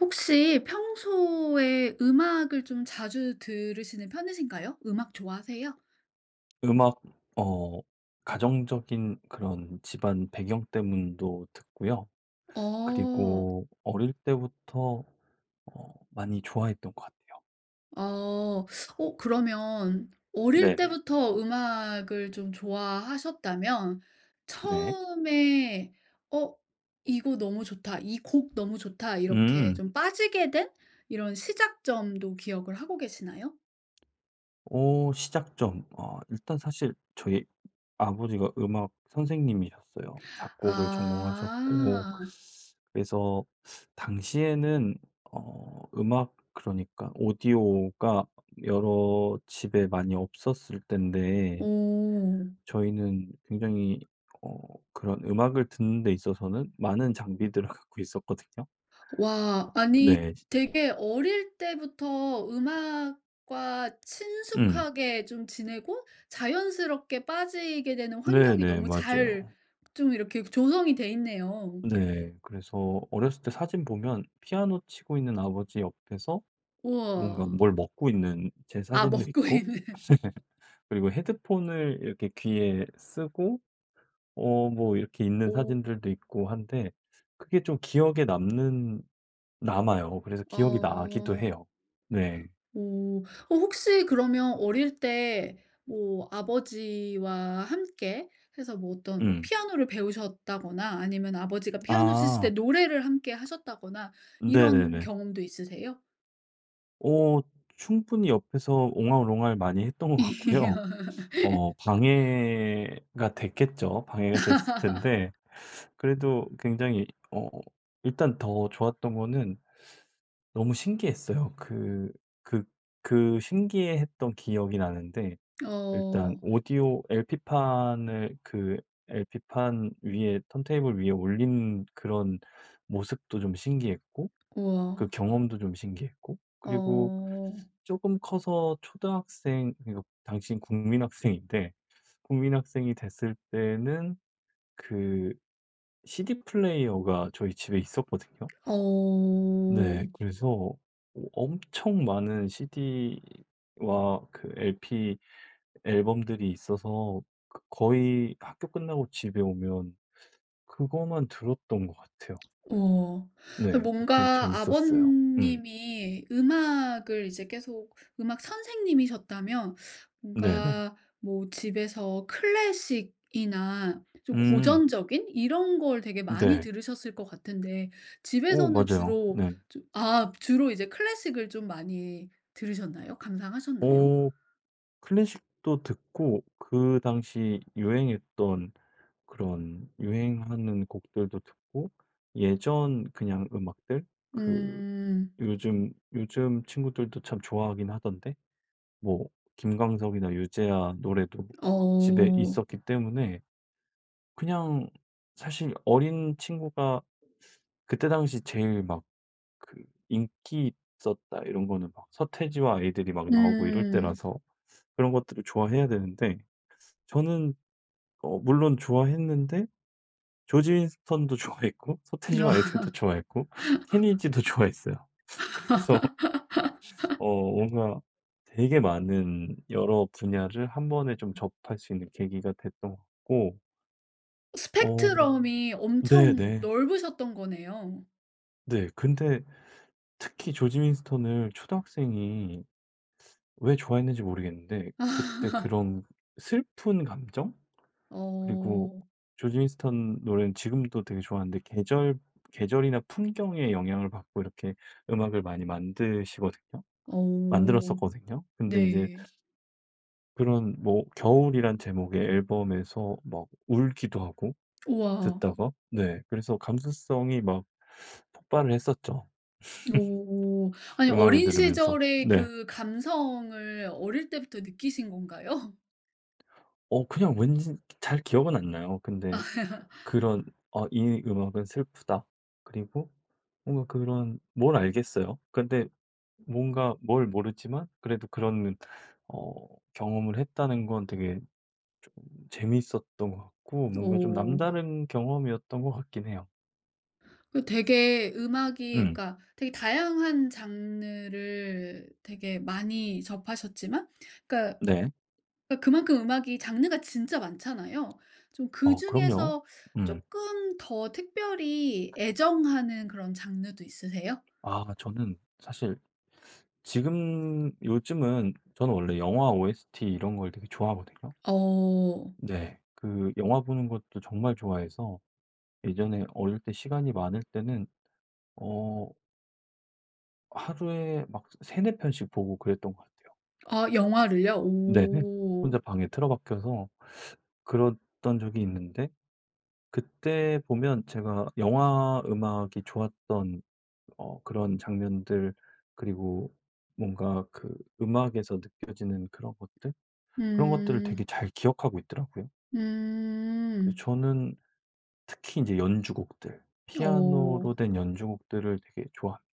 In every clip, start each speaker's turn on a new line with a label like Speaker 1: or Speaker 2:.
Speaker 1: 혹시 평소에 음악을 좀 자주 들으시는 편이신가요? 음악 좋아하세요?
Speaker 2: 음악. 어 가정적인 그런 집안 배경 때문도 듣고요.
Speaker 1: 어.
Speaker 2: 그리고 어릴 때부터 많이 좋아했던 것 같아요.
Speaker 1: 어, 그러면 어릴
Speaker 2: 네네.
Speaker 1: 때부터 음악을 좀 좋아하셨다면
Speaker 2: 네.
Speaker 1: 처음에 '어 이거 너무 좋다. 이 곡 너무 좋다.' 이렇게
Speaker 2: 음.
Speaker 1: 좀 빠지게 된 이런 시작점도 기억을 하고 계시나요?
Speaker 2: 오, 시작점. 일단 사실 저희 아버지가 음악 선생님이셨어요. 작곡을 전공하셨고
Speaker 1: 아.
Speaker 2: 그래서 당시에는 음악, 그러니까 오디오가 여러 집에 많이 없었을 인데,
Speaker 1: 오.
Speaker 2: 저희는 굉장히 어 그런 음악을 듣는 데 있어서는 많은 장비들을 갖고 있었거든요.
Speaker 1: 와, 아니
Speaker 2: 네.
Speaker 1: 되게 어릴 때부터 음악과
Speaker 2: 음.
Speaker 1: 친숙하게 좀 지내고 자연스럽게 빠지게 되는 환경이
Speaker 2: 네네.
Speaker 1: 너무 잘
Speaker 2: 맞아요.
Speaker 1: 좀 이렇게 조성이 돼 있네요.
Speaker 2: 네. 그래서 어렸을 때 사진 보면 피아노 치고 있는 아버지 옆에서 뭔가
Speaker 1: 우와.
Speaker 2: 뭘 먹고 있는 제
Speaker 1: 아
Speaker 2: 사진도
Speaker 1: 먹고
Speaker 2: 있고,
Speaker 1: 있는.
Speaker 2: 그리고 헤드폰을 이렇게 귀에 쓰고 뭐 이렇게 있는
Speaker 1: 오.
Speaker 2: 사진들도 있고 한데, 그게 좀 기억에 남는 남아요. 그래서 기억이 나기도
Speaker 1: 어.
Speaker 2: 해요. 네.
Speaker 1: 오. 어 혹시 그러면 어릴 때 뭐 아버지와 함께 해서 뭐 어떤 뭐
Speaker 2: 음.
Speaker 1: 피아노를 배우셨다거나 아니면 아버지가 피아노 치실 때
Speaker 2: 아.
Speaker 1: 노래를 함께 하셨다거나 이런
Speaker 2: 네네네.
Speaker 1: 경험도 있으세요?
Speaker 2: 어 충분히 옆에서 옹알옹알 많이 했던 것 같고요. 방해가 됐겠죠. 방해가 됐을 텐데 그래도 굉장히 어 일단 더 좋았던 거는 너무 신기했어요. 그 신기해했던 기억이 나는데, 일단
Speaker 1: 어.
Speaker 2: 오디오 LP판을, 그 LP판 위에 턴테이블 위에 올린 그런 모습도 좀 신기했고,
Speaker 1: 우와.
Speaker 2: 그 경험도 좀 신기했고, 그리고
Speaker 1: 어.
Speaker 2: 조금 커서 초등학생, 그러니까 당시 국민학생인데, 국민학생이 됐을 때는 그 CD 플레이어가 저희 집에 있었거든요.
Speaker 1: 어.
Speaker 2: 네.
Speaker 1: 어.
Speaker 2: 그래서 엄청 많은 CD와 그 LP 앨범들이 있어서 그 거의 학교 끝나고 집에 오면 그거만 들었던 것 같아요.
Speaker 1: 어. 아
Speaker 2: 네. 되게
Speaker 1: 뭔가
Speaker 2: 재밌었어요. 음.
Speaker 1: 아버님이 음악을 이제 계속 음악 선생님이셨다면
Speaker 2: 네네.
Speaker 1: 뭔가 뭐 집에서 클래식이나 좀
Speaker 2: 음.
Speaker 1: 고전적인 이런 걸 되게 많이
Speaker 2: 네.
Speaker 1: 들으셨을 것 같은데
Speaker 2: 오,
Speaker 1: 집에서는
Speaker 2: 맞아요.
Speaker 1: 주로
Speaker 2: 네.
Speaker 1: 좀 아 주로 이제 클래식을 좀 많이 들으셨나요? 감상하셨나요?
Speaker 2: 오, 클래식도 듣고 그 당시 유행했던 그런 유행하는 곡들도 듣고 예전 그냥 음악들, 그
Speaker 1: 음.
Speaker 2: 요즘 친구들도 참 좋아하긴 하던데 뭐 김광석이나 유재하 노래도 막 집에
Speaker 1: 어.
Speaker 2: 있었기 때문에 그냥 사실 어린 친구가 그때 당시 제일 막 그 인기 있었다 이런 거는 막 서태지와 아이들이 막 나오고 이럴
Speaker 1: 음.
Speaker 2: 때라서 그런 것들을 좋아해야 되는데, 저는 물론 좋아했는데 조지 윈스턴도 좋아했고 서태지와 아이들도 좋아했고 케니지도 좋아했어요. 그래서 어 뭔가 되게 많은 여러 분야를 한 번에 좀 접할 수 있는 계기가 됐던 것 같고. 어
Speaker 1: 스펙트럼이 엄청
Speaker 2: 네네.
Speaker 1: 넓으셨던 거네요.
Speaker 2: 네. 근데 특히 조지 윈스턴을 초등학생이 왜 좋아했는지 모르겠는데, 그때
Speaker 1: 아.
Speaker 2: 그런 슬픈 감정? 그리고
Speaker 1: 어.
Speaker 2: 조지 윈스턴 노래는 지금도 되게 좋아하는데, 계절이나 풍경의 영향을 받고 이렇게 음악을 많이 만드시거든요.
Speaker 1: 어.
Speaker 2: 만들었었거든요. 근데 이제
Speaker 1: 네.
Speaker 2: 그런 뭐 겨울이란 제목의 앨범에서 막 울기도 하고
Speaker 1: 우와.
Speaker 2: 듣다가. 네. 그래서 감수성이 막 폭발을 했었죠,
Speaker 1: 오. 아니
Speaker 2: 음악을
Speaker 1: 어린
Speaker 2: 들으면서.
Speaker 1: 시절의
Speaker 2: 네.
Speaker 1: 그 감성을 어릴 때부터 느끼신 건가요?
Speaker 2: 그냥 왠지 잘 기억은 안 나요. 근데 그런 '어 이 음악은 슬프다.' 그리고 뭔가 그런 뭘 알겠어요. 근데 뭔가 뭘 모르지만 그래도 그런 어 경험을 했다는 건 되게 좀 재미있었던 것 같고, 뭔가 좀
Speaker 1: 오
Speaker 2: 남다른 경험이었던 것 같긴 해요.
Speaker 1: 그 되게 음악이
Speaker 2: 음.
Speaker 1: 그러니까 되게 다양한 장르를 되게 많이 접하셨지만 그러니까
Speaker 2: 네.
Speaker 1: 그러니까 그만큼 음악이 장르가 진짜 많잖아요. 좀
Speaker 2: 어 그럼요.
Speaker 1: 그중에서
Speaker 2: 음.
Speaker 1: 조금 더 특별히 애정하는 그런 장르도 있으세요?
Speaker 2: 아, 저는 사실 지금 요즘은, 저는 원래 영화 OST 이런 걸 되게 좋아하거든요.
Speaker 1: 어.
Speaker 2: 네. 그 영화 보는 것도 정말 좋아해서 예전에 어릴 때 시간이 많을 때는 어 하루에 막 세네 편씩 보고 그랬던 것 같아요.
Speaker 1: 아 영화를요?
Speaker 2: 네네.
Speaker 1: 오.
Speaker 2: 혼자 방에 틀어박혀서 그랬던 적이 있는데, 그때 보면 제가 영화 음악이 좋았던 그런 장면들, 그리고 뭔가 그 음악에서 느껴지는 그런 것들? 그런 것들을 되게
Speaker 1: 음.
Speaker 2: 잘 기억하고 있더라고요. 그래서
Speaker 1: 음.
Speaker 2: 저는 특히 인제 연주곡들,
Speaker 1: 어.
Speaker 2: 피아노로 된 연주곡들을 되게 좋아하거든요.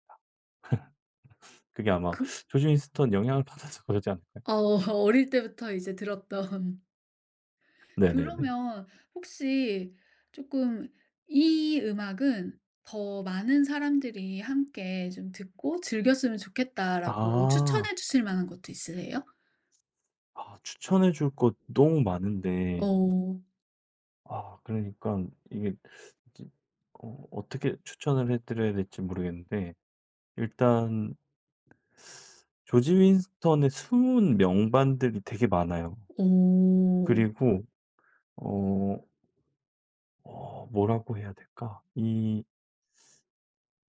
Speaker 2: 그게 아마
Speaker 1: 그
Speaker 2: 조지 윈스턴 영향을 받아서 그러지 않을까요?
Speaker 1: 어 어릴 때부터 이제 들었던
Speaker 2: 네네네.
Speaker 1: 그러면 혹시 쪼끔 이 음악은 더 많은 사람들이 함께 좀 듣고 즐겼으면 좋겠다라고
Speaker 2: 아.
Speaker 1: 추천해 주실 만한 것도 있으세요?
Speaker 2: 아, 추천해 줄 거 너무 많은데.
Speaker 1: 어.
Speaker 2: 아, 그러니깐 이게 이제 어떻게 추천을 해 드려야 될지 모르겠는데, 일단 조지 윈스턴의 숨은 명반들이 되게 많아요.
Speaker 1: 오.
Speaker 2: 그리고 어 뭐라고 해야 될까? 이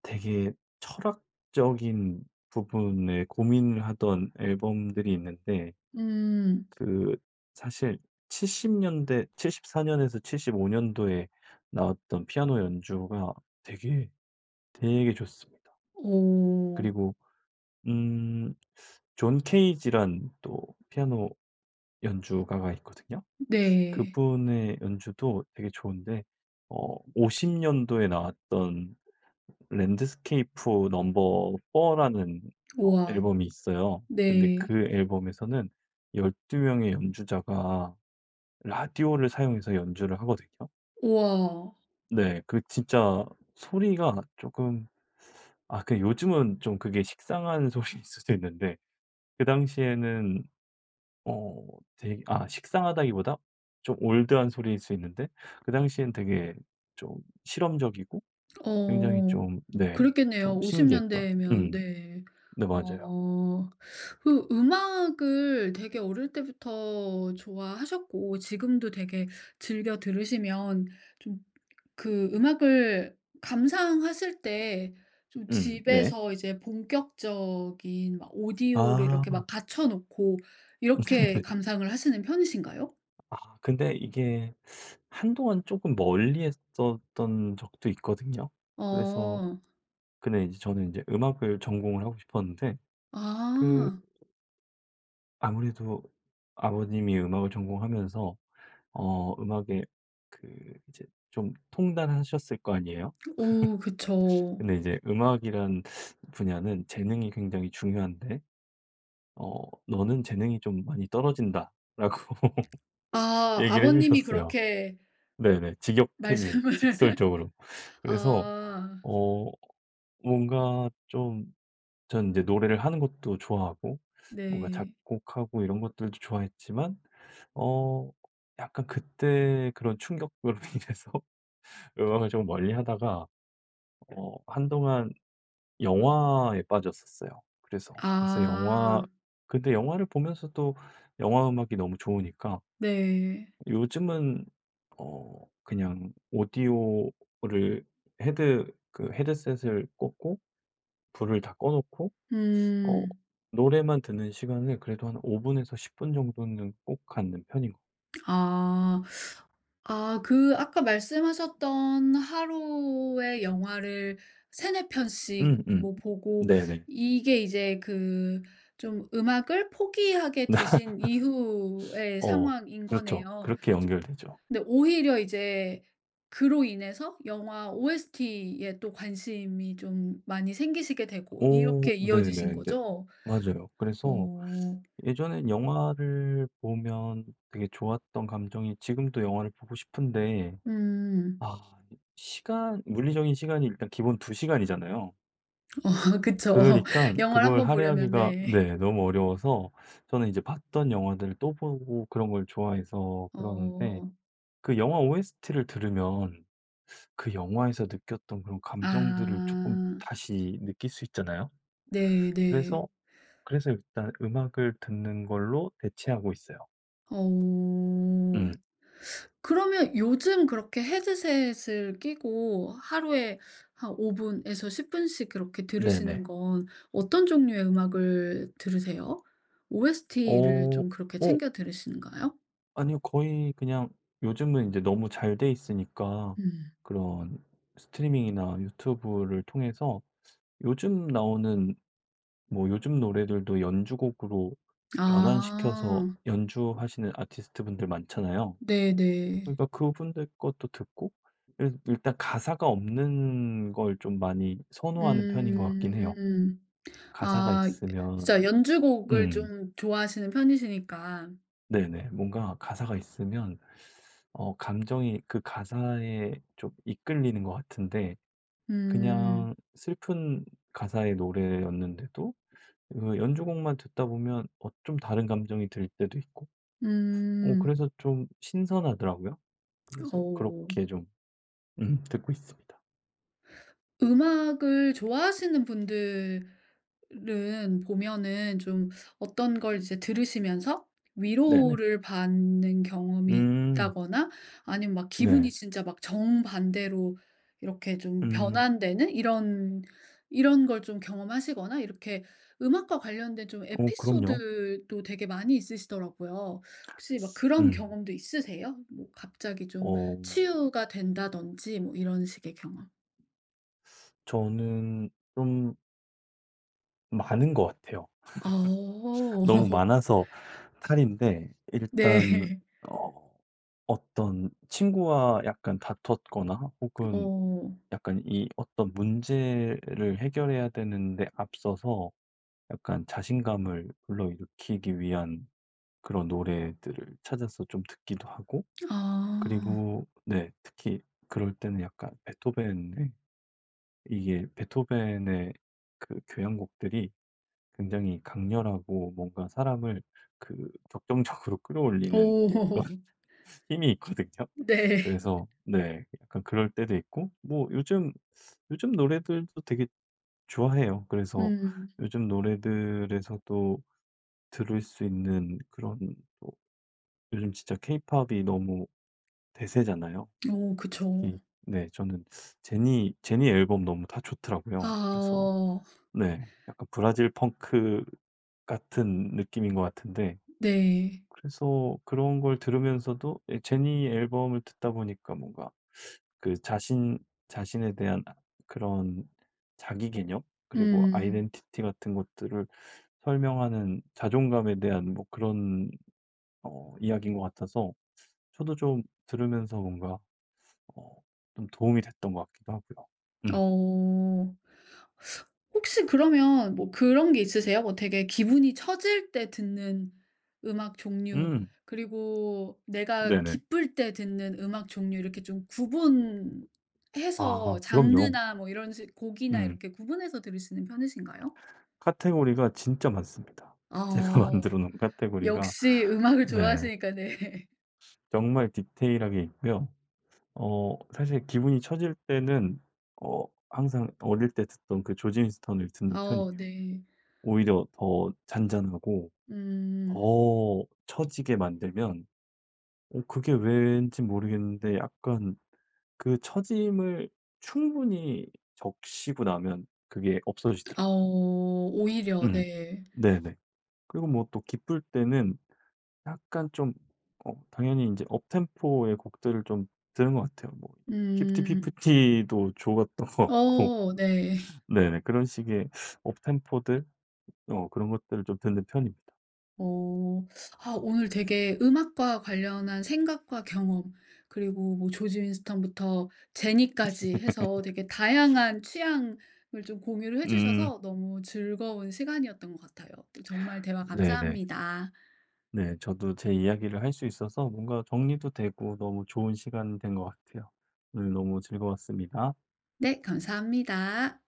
Speaker 2: 되게 철학적인 부분에 고민을 하던 앨범들이 있는데,
Speaker 1: 음.
Speaker 2: 그 사실 7십 년대 십4 년에서 75 년도에 나왔던 피아노 연주가 되게, 되게 좋습니다.
Speaker 1: 오.
Speaker 2: 그리고 음, 존 케이지란 또 피아노 연주가가 있거든요.
Speaker 1: 네.
Speaker 2: 그분의 연주도 되게 좋은데 어 50 년도에 나왔던 랜드스케이프 넘버 4 라는 어
Speaker 1: 우와.
Speaker 2: 앨범이 있어요. 근데
Speaker 1: 네.
Speaker 2: 그 앨범에서는 12 명의 연주자가 라디오를 사용해서 연주를 하거든요.
Speaker 1: 우와.
Speaker 2: 네. 그 진짜 소리가 조금, 아 그 요즘은 좀 그게 식상한 소리일 수도 있는데, 그 당시에는 어 되게, 아 식상하다기보다 좀 올드한 소리일 수 있는데, 그 당시엔 되게 좀 실험적이고 굉장히
Speaker 1: 어.
Speaker 2: 좀, 네, 좀
Speaker 1: 그랬겠네요. 50
Speaker 2: 신기했던.
Speaker 1: 년대면
Speaker 2: 음.
Speaker 1: 네.
Speaker 2: 네 맞아요.
Speaker 1: 어. 그 음악을 되게 어릴 때부터 좋아하셨고 지금도 되게 즐겨 들으시면 좀 그 음악을 감상하실 때 좀
Speaker 2: 네.
Speaker 1: 집에서 이제 본격적인 막 오디오를 이렇게
Speaker 2: 아.
Speaker 1: 막 갖춰 놓고 이렇게 감상을 하시는 편이신가요?
Speaker 2: 아, 근데 이게 한동안 조금 멀리 했었던 적도 있거든요. 그래서,
Speaker 1: 어.
Speaker 2: 근데 이제 저는 이제 음악을 전공을 하고 싶었는데 그
Speaker 1: 아.
Speaker 2: 아무래도 아버님이 음악을 전공하면서 음악에 그 이제 좀 통달하셨을 거 아니에요.
Speaker 1: 오 그쵸.
Speaker 2: 근데 이제 음악이란 분야는 재능이 굉장히 중요한데 "너는 재능이 좀 많이 떨어진다."라고
Speaker 1: 아
Speaker 2: 얘기를 해
Speaker 1: 아버님이
Speaker 2: 주셨어요.
Speaker 1: 그렇게
Speaker 2: 네네. 직역해 주셨
Speaker 1: 말씀을
Speaker 2: 직설적으로. 그래서
Speaker 1: 아
Speaker 2: 어 뭔가 좀. 전 이제 노래를 하는 것도 좋아하고 뭔가
Speaker 1: 네.
Speaker 2: 작곡하고 이런 것들도 좋아했지만 어 약간 그때 그런 충격으로 인해서 음악을 좀 멀리하다가 한동안 영화에 빠졌었어요. 그래서 그래서
Speaker 1: 아
Speaker 2: 영화 근데 영화를 보면서도 영화 음악이 너무 좋으니까
Speaker 1: 네.
Speaker 2: 요즘은 그냥 오디오를, 헤드셋을 꽂고 불을 다 꺼 놓고 어
Speaker 1: 음.
Speaker 2: 노래만 듣는 시간을 그래도 한 5 분에서 10 분 정도는 꼭 갖는 편인 것.
Speaker 1: 아. 아 그 아까 말씀하셨던 하루의 영화를 3-4 편씩
Speaker 2: 음음.
Speaker 1: 뭐 보고
Speaker 2: 네네.
Speaker 1: 이게 이제 그 좀 음악을 포기하게 되신 이후의
Speaker 2: 어
Speaker 1: 상황인
Speaker 2: 그렇죠.
Speaker 1: 거네요.
Speaker 2: 그렇게 연결되죠.
Speaker 1: 근데 오히려 이제 그로 인해서 영화 OST에 또 관심이 좀 많이 생기시게 되고
Speaker 2: 오
Speaker 1: 이렇게 이어지신
Speaker 2: 네네, 네.
Speaker 1: 거죠?
Speaker 2: 맞아요. 그래서
Speaker 1: 어.
Speaker 2: 예전엔 영화를 보면 되게 좋았던 감정이 지금도 영화를 보고 싶은데,
Speaker 1: 음.
Speaker 2: 아 시간 물리적인 시간이 일단 기본 2 시간이잖아요.
Speaker 1: 어
Speaker 2: 그
Speaker 1: 그쵸.
Speaker 2: 러니까
Speaker 1: 영화를 한
Speaker 2: 그걸
Speaker 1: 번 보려면
Speaker 2: 할애하기가,
Speaker 1: 네.
Speaker 2: 네, 너무 어려워서. 저는 이제 봤던 영화들을 또 보고 그런 걸 좋아해서 그러는데,
Speaker 1: 어.
Speaker 2: 그 영화 OST를 들으면 그 영화에서 느꼈던 그런 감정들을 조금
Speaker 1: 아.
Speaker 2: 다시 느낄 수 있잖아요.
Speaker 1: 네 네.
Speaker 2: 그래서, 그래서 일단 음악을 듣는 걸로 대체하고 있어요.
Speaker 1: 어.
Speaker 2: 음.
Speaker 1: 그러면 요즘 그렇게 헤드셋을 끼고 하루에 한 5 분에서 10 분씩 그렇게 들으시는
Speaker 2: 네네.
Speaker 1: 건 어떤 종류의 음악을 들으세요? OST를
Speaker 2: 어.
Speaker 1: 좀 그렇게
Speaker 2: 어,
Speaker 1: 챙겨 들으시는가요?
Speaker 2: 아니요. 거의 그냥 요즘은 이제 너무 잘 돼 있으니까
Speaker 1: 음.
Speaker 2: 그런 스트리밍이나 유튜브를 통해서 요즘 나오는 뭐 요즘 노래들도 연주곡으로 변환시켜서
Speaker 1: 아.
Speaker 2: 연주하시는 아티스트분들 많잖아요.
Speaker 1: 네네.
Speaker 2: 그러니까 그분들 것도 듣고. 일 일단 가사가 없는 걸 좀 많이 선호하는 편인 것 같긴 해요.
Speaker 1: 음.
Speaker 2: 가사가
Speaker 1: 아
Speaker 2: 있으면.
Speaker 1: 진짜 연주곡을
Speaker 2: 음
Speaker 1: 좀 좋아하시는 편이시니까.
Speaker 2: 네네. 뭔가 가사가 있으면 감정이 그 가사에 좀 이끌리는 것 같은데,
Speaker 1: 음.
Speaker 2: 그냥 슬픈 가사의 노래였는데도 그 연주곡만 듣다 보면 어 좀 다른 감정이 들 때도 있고
Speaker 1: 음.
Speaker 2: 그래서 좀 신선하더라고요. 그래서
Speaker 1: 어.
Speaker 2: 그렇게 좀 듣고 있습니다.
Speaker 1: 음악을 좋아하시는 분들은 보면은 좀 어떤 걸 이제 들으시면서
Speaker 2: 네네.
Speaker 1: 위로를 받는 경험이
Speaker 2: 음
Speaker 1: 있다거나 아니면 막 기분이
Speaker 2: 네.
Speaker 1: 진짜 막 정반대로 이렇게 좀
Speaker 2: 음
Speaker 1: 변환되는 이런 이런 걸 좀 경험하시거나 이렇게 음악과 관련된 좀
Speaker 2: 어 그럼요.
Speaker 1: 에피소드도 되게 많이 있으시더라고요. 혹시 막 그런
Speaker 2: 음.
Speaker 1: 경험도 있으세요? 뭐 갑자기 좀
Speaker 2: 어,
Speaker 1: 치유가 된다든지 뭐 이런 식의 경험.
Speaker 2: 저는 좀 많은 것 같아요.
Speaker 1: 아 어.
Speaker 2: 너무 많아서 탈인데. 일단
Speaker 1: 네.
Speaker 2: 어 어떤 친구와 약간 다퉜거나 혹은
Speaker 1: 어.
Speaker 2: 약간 이 어떤 문제를 해결해야 되는데 앞서서 약간 자신감을 불러일으키기 위한 그런 노래들을 찾아서 좀 듣기도 하고.
Speaker 1: 아.
Speaker 2: 그리고 네, 특히 그럴 때는 약간 베토벤의 이게 베토벤의 그 교향곡들이 굉장히 강렬하고 뭔가 사람을 그 격정적으로 끌어올리는
Speaker 1: 오
Speaker 2: 그런 힘이 있거든요.
Speaker 1: 네.
Speaker 2: 그래서 네. 약간 그럴 때도 있고, 뭐 요즘 노래들도 되게 좋아해요. 그래서
Speaker 1: 음.
Speaker 2: 요즘 노래들에서도 들을 수 있는 그런, 또 요즘 진짜 케이팝이 너무 대세잖아요.
Speaker 1: 오 그쵸.
Speaker 2: 특히 네 저는 제니 앨범 너무 다 좋더라고요. 그래서
Speaker 1: 아.
Speaker 2: 네 약간 브라질 펑크 같은 느낌인 것 같은데,
Speaker 1: 네.
Speaker 2: 그래서 그런 걸 들으면서도 예 제니 앨범을 듣다 보니까 뭔가 그 자신 자신에 대한, 아, 그런 자기 개념 그리고
Speaker 1: 음.
Speaker 2: 아이덴티티 같은 것들을 설명하는 자존감에 대한 뭐 그런 이야기인 것 같아서 저도 좀 들으면서 뭔가 어 좀 도움이 됐던 것 같기도 하고요. 음.
Speaker 1: 어. 혹시 그러면 뭐 그런 게 있으세요? 뭐 되게 기분이 처질 때 듣는 음악 종류
Speaker 2: 음.
Speaker 1: 그리고 내가
Speaker 2: 네네.
Speaker 1: 기쁠 때 듣는 음악 종류 이렇게 좀 구분해서
Speaker 2: 아 그럼요.
Speaker 1: 장르나 뭐 이런 식 곡이나
Speaker 2: 음.
Speaker 1: 이렇게 구분해서 들으시는 편이신가요?
Speaker 2: 카테고리가 진짜 많습니다. 제가 만들어
Speaker 1: 어.
Speaker 2: 놓은 카테고리가,
Speaker 1: 역시 음악을
Speaker 2: 네,
Speaker 1: 좋아하시니까 네.
Speaker 2: 정말 디테일하게 있고요. 사실 기분이 처질 때는 어 항상 어릴 때 듣던 그 조지 윈스턴을 듣는
Speaker 1: 어
Speaker 2: 편이에요.
Speaker 1: 네.
Speaker 2: 오히려 더 잔잔하고
Speaker 1: 음.
Speaker 2: 더 처지게 만들면 그게 왠지 모르겠는데 약간 그 처짐을 충분히 적시고 나면 그게
Speaker 1: 어
Speaker 2: 없어지더라고요.
Speaker 1: 오히려
Speaker 2: 음.
Speaker 1: 네.
Speaker 2: 네네. 그리고 뭐 또 기쁠 때는 약간 좀 당연히 이제 업템포의 곡들을 좀 들은 것 같아요. 뭐 피프티
Speaker 1: 음.
Speaker 2: 피프티도 좋았던 것 같고.
Speaker 1: 어 네.
Speaker 2: 네네. 그런 식의 업템포들, 그런 것들을 좀 듣는 편입니다.
Speaker 1: 어. 아 오늘 되게 음악과 관련한 생각과 경험 그리고 뭐 조지 윈스턴부터 제니까지 해서 되게 다양한 취향을 좀 공유를 해
Speaker 2: 음.
Speaker 1: 주셔서 너무 즐거운 시간이었던 것 같아요. 또 정말 대화
Speaker 2: 네네.
Speaker 1: 감사합니다.
Speaker 2: 네. 저도 제 이야기를 할 수 있어서 뭔가 정리도 되고 너무 좋은 시간 된 것 같아요. 오늘 너무 즐거웠습니다.
Speaker 1: 네 감사합니다.